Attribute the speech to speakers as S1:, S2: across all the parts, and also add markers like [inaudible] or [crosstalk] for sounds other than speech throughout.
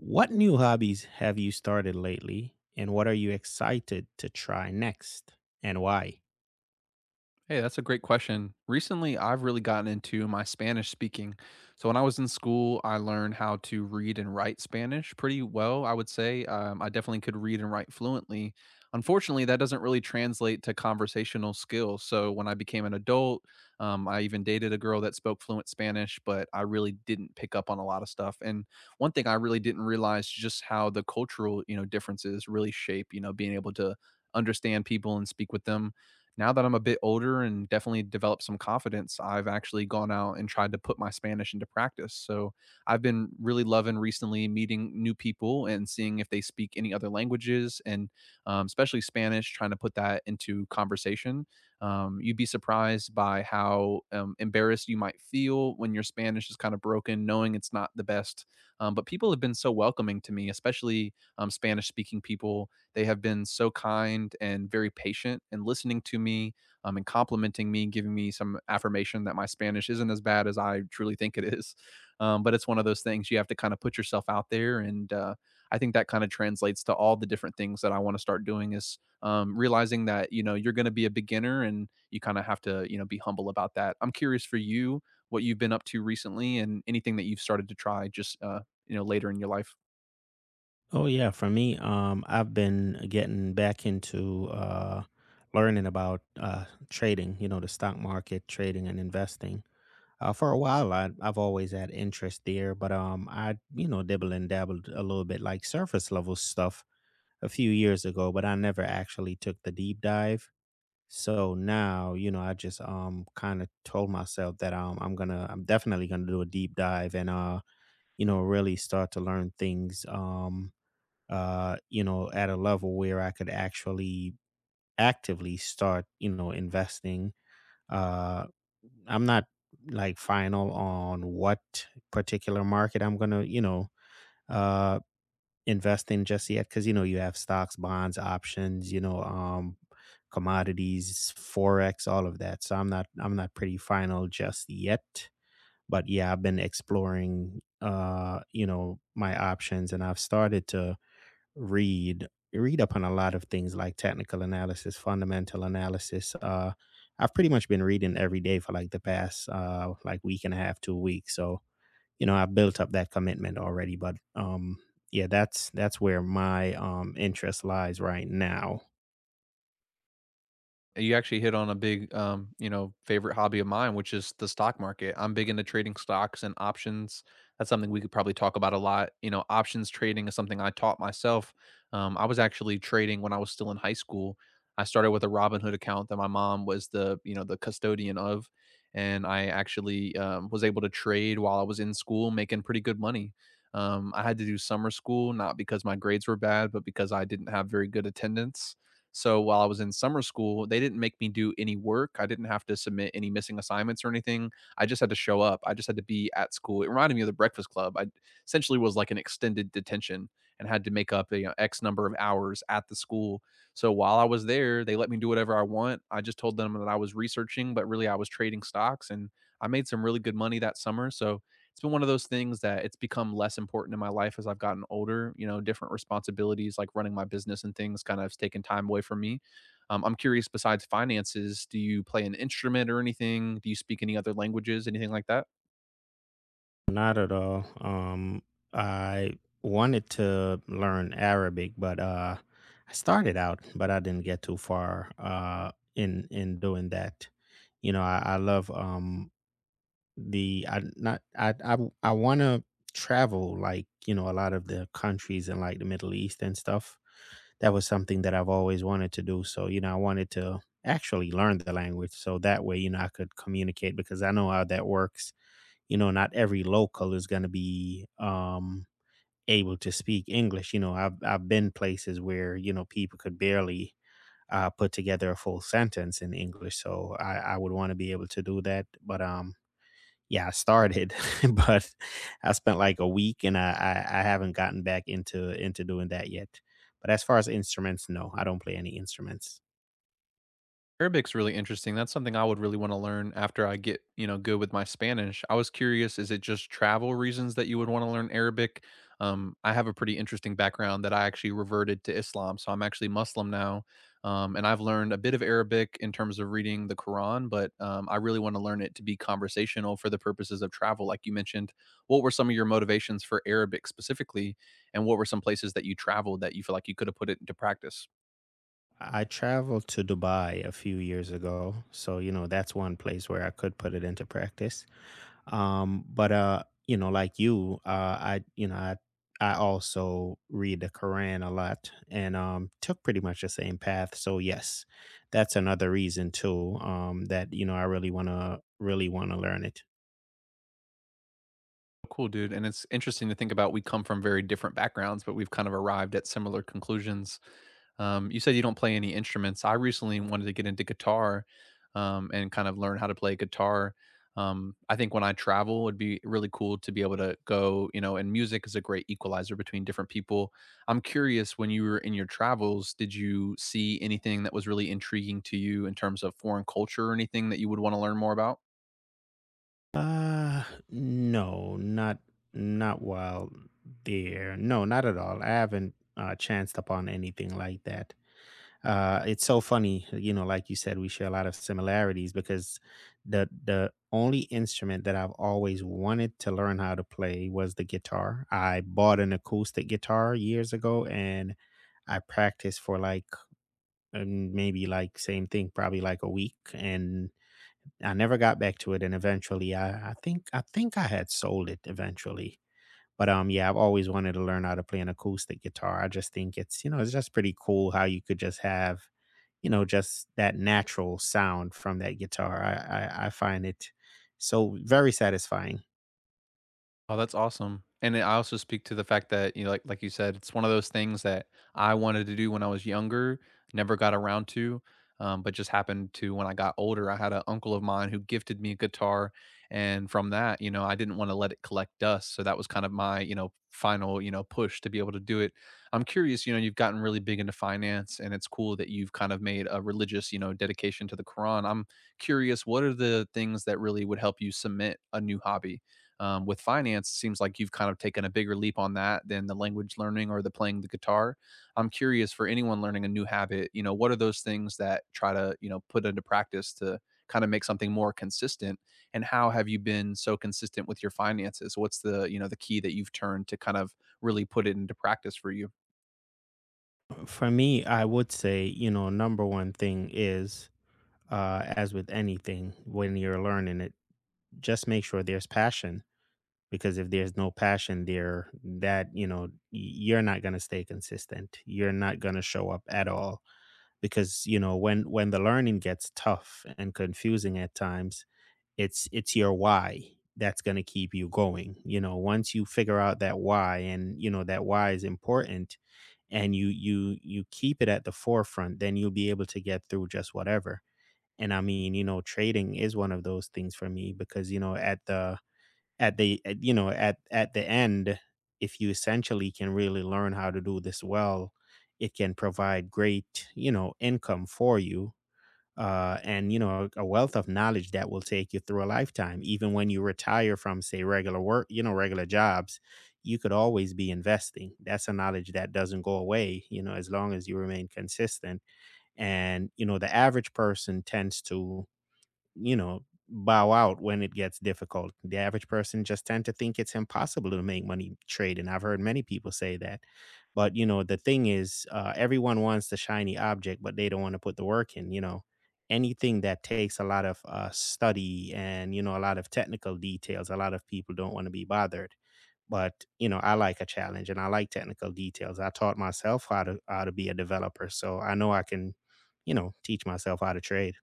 S1: What new hobbies have you started lately, and what are you excited to try next, and why?
S2: Hey, that's a great question. Recently, I've really gotten into my Spanish speaking. So, when I was in school, I learned how to read and write Spanish pretty well, I would say. I definitely could read and write fluently. Unfortunately, that doesn't really translate to conversational skills. So, when I became an adult, I even dated a girl that spoke fluent Spanish, but I really didn't pick up on a lot of stuff. And one thing I really didn't realize just how the cultural, you know, differences really shape, you know, being able to understand people and speak with them now that I'm a bit older and definitely developed some confidence, I've actually gone out and tried to put my Spanish into practice. So I've been really loving recently meeting new people and seeing if they speak any other languages and especially Spanish, trying to put that into conversation. You'd be surprised by how embarrassed you might feel when your Spanish is kind of broken, knowing it's not the best. But people have been so welcoming to me, especially Spanish speaking people. They have been so kind and very patient and listening to me and complimenting me, giving me some affirmation that my Spanish isn't as bad as I truly think it is. But it's one of those things you have to kind of put yourself out there. And I think that kind of translates to all the different things that I want to start doing is realizing that, you know, you're going to be a beginner and you kind of have to, you know, be humble about that. I'm curious for you what you've been up to recently and anything that you've started to try just, you know, later in your life.
S1: Oh yeah, for me, I've been getting back into learning about trading. You know, the stock market, trading and investing. For a while, I've always had interest there, but I, you know, dibble and dabbled a little bit, like surface level stuff, a few years ago. But I never actually took the deep dive. So now, you know, I just kind of told myself that I'm definitely gonna do a deep dive. And you know, really start to learn things you know, at a level where I could actually actively start, you know, investing. uh I'm not like final on what particular market I'm gonna, you know, uh investing just yet, because you know you have stocks, bonds, options, you know, commodities, forex, all of that. So I'm not pretty final just yet, but yeah, I've been exploring, you know, my options, and I've started to read read up on a lot of things like technical analysis, fundamental analysis. I've pretty much been reading every day for like the past like week and a half, 2 weeks. So you know, I built up that commitment already. But yeah, that's where my interest lies right now.
S2: You actually hit on a big, you know, favorite hobby of mine, which is the stock market. I'm big into trading stocks and options. That's something we could probably talk about a lot. You know, options trading is something I taught myself. I was actually trading when I was still in high school. I started with a Robinhood account that my mom was the, you know, the custodian of, and I actually was able to trade while I was in school, making pretty good money. I had to do summer school, not because my grades were bad, but because I didn't have very good attendance so while I was in summer school, they didn't make me do any work. I didn't have to submit any missing assignments or anything. I just had to show up. I just had to be at school. It reminded me of the Breakfast Club. I essentially was like an extended detention and had to make up a, you know, X number of hours at the school. So while I was there, they let me do whatever I want. I just told them that I was researching, but really I was trading stocks and I made some really good money that summer. So it's been one of those things that it's become less important in my life as I've gotten older. You know, different responsibilities like running my business and things kind of has taken time away from me. I'm curious, besides finances, do you play an instrument or anything? Do you speak any other languages, anything like that?
S1: Not at all. I wanted to learn Arabic, but I started out, but I didn't get too far in doing that. You know, I love the I not I I want to travel like, you know, a lot of the countries in like the Middle East and stuff. That was something that I've always wanted to do. So, you know, I wanted to actually learn the language so that way, you know, I could communicate, because I know how that works. You know, not every local is going to be able to speak English. You know, I've been places where, you know, people could barely put together a full sentence in English. So I would want to be able to do that. But yeah, I started, [laughs] but I spent like a week, and I haven't gotten back into doing that yet. But as far as instruments, no, I don't play any instruments.
S2: Arabic's really interesting. That's something I would really wanna learn after I get, you know, good with my Spanish. I was curious, is it just travel reasons that you would wanna learn Arabic? I have a pretty interesting background that I actually reverted to Islam, so I'm actually Muslim now, and I've learned a bit of Arabic in terms of reading the Quran, but, I really wanna learn it to be conversational for the purposes of travel, like you mentioned. What were some of your motivations for Arabic specifically, and what were some places that you traveled that you feel like you coulda put it into practice?
S1: I traveled to Dubai a few years ago, so you know that's one place where I could put it into practice. But you know, like you I you know I also read the Quran a lot, and took pretty much the same path. So yes, that's another reason too. That you know, I really want to, learn it.
S2: Cool, dude. And it's interesting to think about. We come from very different backgrounds, but we've kind of arrived at similar conclusions. You said you don't play any instruments. I recently wanted to get into guitar and kind of learn how to play guitar. I think when I travel, it'd be really cool to be able to go, you know, and music is a great equalizer between different people. I'm curious when you were in your travels, did you see anything that was really intriguing to you in terms of foreign culture or anything that you would want to learn more about?
S1: uh no not Not while there. No, not at all. I haven't chanced upon anything like that. It's so funny, you know, like you said, we share a lot of similarities, because the only instrument that I've always wanted to learn how to play was the guitar. I bought an acoustic guitar years ago, and I practiced for like maybe, like, same thing, probably like a week, and I never got back to it. And eventually, I, I think I had sold it eventually, but yeah, I've always wanted to learn how to play an acoustic guitar. I just think it's, you know, it's just pretty cool how you could just have, you know, just that natural sound from that guitar. I find it so very satisfying.
S2: Oh, that's awesome. And I also speak to the fact that, you know, like you said, it's one of those things that I wanted to do when I was younger, never got around to, but just happened to when I got older. I had an uncle of mine who gifted me a guitar, and from that, you know, I didn't want to let it collect dust. So that was kind of my, you know, final, you know, push to be able to do it. I'm curious, you know, you've gotten really big into finance, and it's cool that you've kind of made a religious, you know, dedication to the Quran. I'm curious, what are the things that really would help you cement a new hobby? With finance it seems like you've kind of taken a bigger leap on that than the language learning or the playing the guitar. I'm curious for anyone learning a new habit, you know, what are those things that try to, you know, put into practice to kind of make something more consistent, and how have you been so consistent with your finances? What's the, you know, the key that you've turned to kind of really put it into practice for you?
S1: For me, I would say, you know, number one thing is, as with anything when you're learning it, just make sure there's passion. Because if there's no passion there, that you know, you're not going to stay consistent, you're not going to show up at all. Because you know, when the learning gets tough and confusing at times, it's your why that's going to keep you going. You know, once you figure out that why, and you know that why is important, and you keep it at the forefront, then you'll be able to get through just whatever. And I mean, you know, trading is one of those things for me, because you know, at the end, if you essentially can really learn how to do this well, it can provide great, you know, income for you. And you know, a wealth of knowledge that will take you through a lifetime, even when you retire from, say, regular work, you know, regular jobs. You could always be investing. That's a knowledge that doesn't go away, you know, as long as you remain consistent. And you know, the average person tends to, you know, bow out when it gets difficult. The average person just tend to think it's impossible to make money trading. I've heard many people say that. But, you know, the thing is, everyone wants the shiny object, but they don't want to put the work in, Anything that takes a lot of study and, you know, a lot of technical details, a lot of people don't want to be bothered. But, you know, I like a challenge, and I like technical details. I taught myself how to be a developer. So I know I can, you know, teach myself how to trade.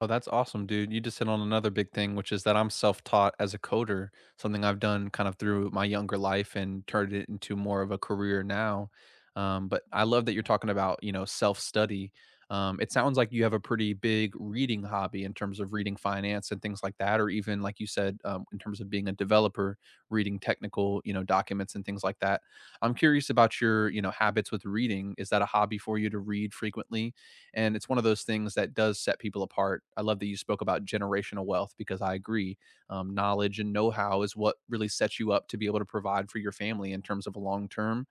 S2: Oh, that's awesome, dude. You just hit on another big thing, which is that I'm self-taught as a coder, something I've done kind of through my younger life and turned it into more of a career now. But I love that you're talking about, you know, self-study. It sounds like you have a pretty big reading hobby in terms of reading finance and things like that, or even like you said, in terms of being a developer, reading technical, you know, documents and things like that. I'm curious about your, you know, habits with reading. Is that a hobby for you to read frequently? And it's one of those things that does set people apart. I love that you spoke about generational wealth because I agree. Knowledge and know how is what really sets you up to be able to provide for your family in terms of a long term.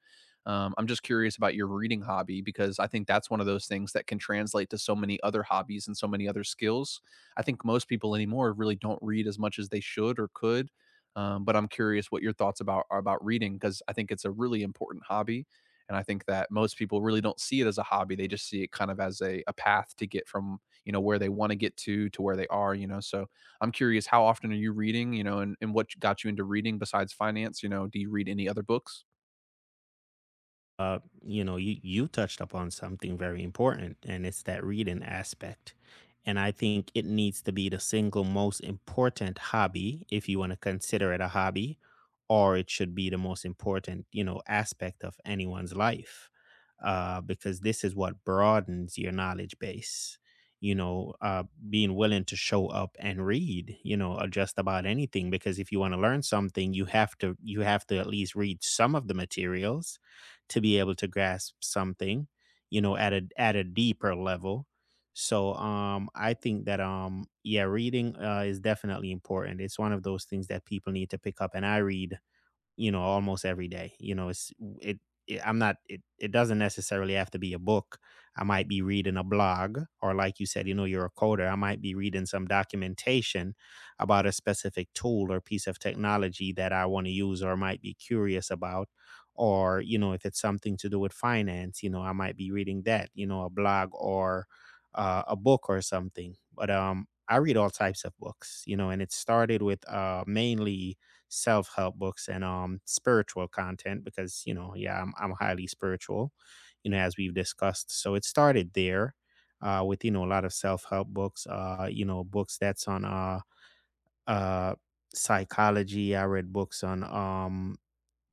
S2: I'm just curious about your reading hobby because I think that's one of those things that can translate to so many other hobbies and so many other skills. I think most people anymore really don't read as much as they should or could. But I'm curious what your thoughts about are about reading because I think it's a really important hobby and I think that most people really don't see it as a hobby. They just see it kind of as a path to get from, you know, where they want to get to where they are, you know. So I'm curious, how often are you reading, you know, and what got you into reading besides finance? You know, do you read any other books?
S1: Uh, you know, you touched upon something very important, and it's that reading aspect. And I think it needs to be the single most important hobby, if you want to consider it a hobby. Or it should be the most important, you know, aspect of anyone's life, because this is what broadens your knowledge base. You know, being willing to show up and read, you know, just about anything. Because if you want to learn something, you have to, at least read some of the materials to be able to grasp something, you know, at a deeper level. So I think that yeah, reading is definitely important. It's one of those things that people need to pick up. And I read, you know, almost every day. You know, it, it, I'm not it it doesn't necessarily have to be a book. I might be reading a blog, or like you said, you know, you're a coder. I might be reading some documentation about a specific tool or piece of technology that I want to use, or might be curious about. Or, you know, if it's something to do with finance, you know, I might be reading that, you know, a blog or a book or something. But I read all types of books, you know. And it started with mainly self-help books and spiritual content, because you know, yeah, I'm highly spiritual, you know, as we've discussed. So it started there, with, you know, a lot of self-help books, you know, books that's on uh psychology. I read books on,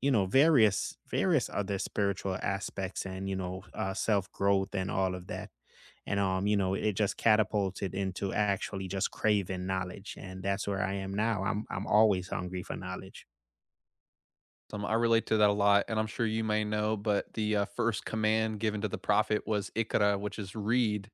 S1: you know, various other spiritual aspects, and you know, self-growth and all of that. And you know, it just catapulted into actually just craving knowledge. And that's where I am now. I'm always hungry for knowledge.
S2: I relate to that a lot, and I'm sure you may know, but the first command given to the prophet was "Ikra," which is read,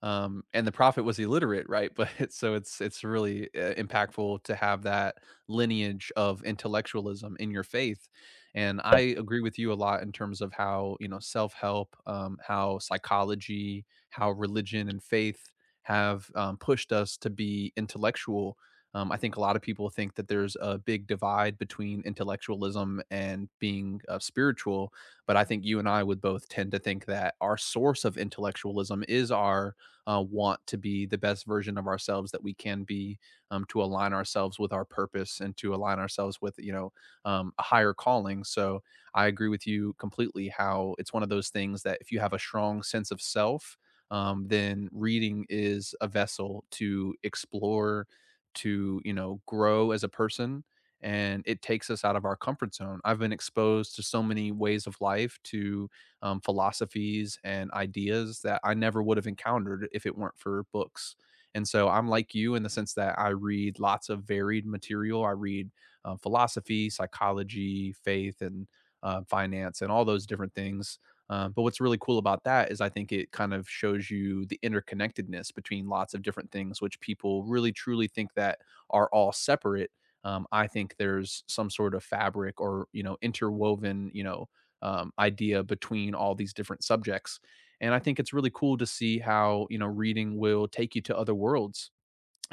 S2: and the prophet was illiterate, right? [laughs] But it's, so it's really impactful to have that lineage of intellectualism in your faith, and I agree with you a lot in terms of how, you know, self help, how psychology, how religion and faith have pushed us to be intellectual. I think a lot of people think that there's a big divide between intellectualism and being spiritual, but I think you and I would both tend to think that our source of intellectualism is our want to be the best version of ourselves that we can be, to align ourselves with our purpose and to align ourselves with, you know, a higher calling. So I agree with you completely. How it's one of those things that if you have a strong sense of self. Then reading is a vessel to explore to, you know, grow as a person, and it takes us out of our comfort zone. I've been exposed to so many ways of life, to, philosophies and ideas that I never would have encountered if it weren't for books, and so I'm like you in the sense that I read lots of varied material. I read, philosophy, psychology, faith, and, finance, and all those different things, but what's really cool about that is I think it kind of shows you the interconnectedness between lots of different things, which people really truly think that are all separate. I think there's some sort of fabric or, you know, interwoven, you know, idea between all these different subjects, and I think it's really cool to see how, you know, reading will take you to other worlds.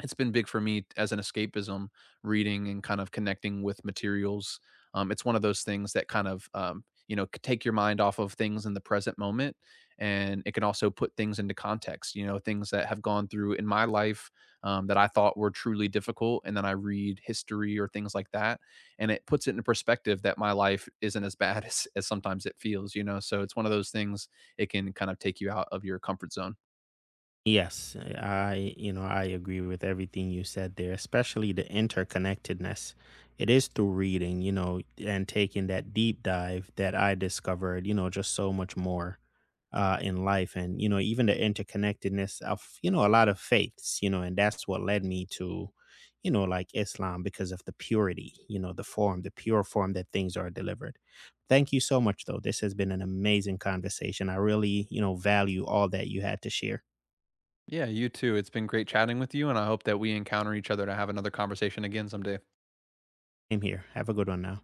S2: It's been big for me as an escapism, reading and kind of connecting with materials. It's one of those things that kind of, you know, take your mind off of things in the present moment, and it can also put things into context, you know, things that have gone through in my life. That I thought were truly difficult and then I read history or things like that, and it puts it into perspective that my life isn't as bad [laughs] as sometimes it feels, you know, so it's one of those things. It can kind of take you out of your comfort zone.
S1: Yes, I, you know, I agree with everything you said there, especially the interconnectedness. It is through reading, you know, and taking that deep dive, that I discovered, you know, just so much more, in life. And, you know, even the interconnectedness of, you know, a lot of faiths, you know, and that's what led me to, you know, like Islam, because of the purity, you know, the form, the pure form that things are delivered. Thank you so much, though. This has been an amazing conversation. I really, you know, value all that you had to share.
S2: Yeah, you too. It's been great chatting with you, and I hope that we encounter each other to have another conversation again someday.
S1: Same here. Have a good one now.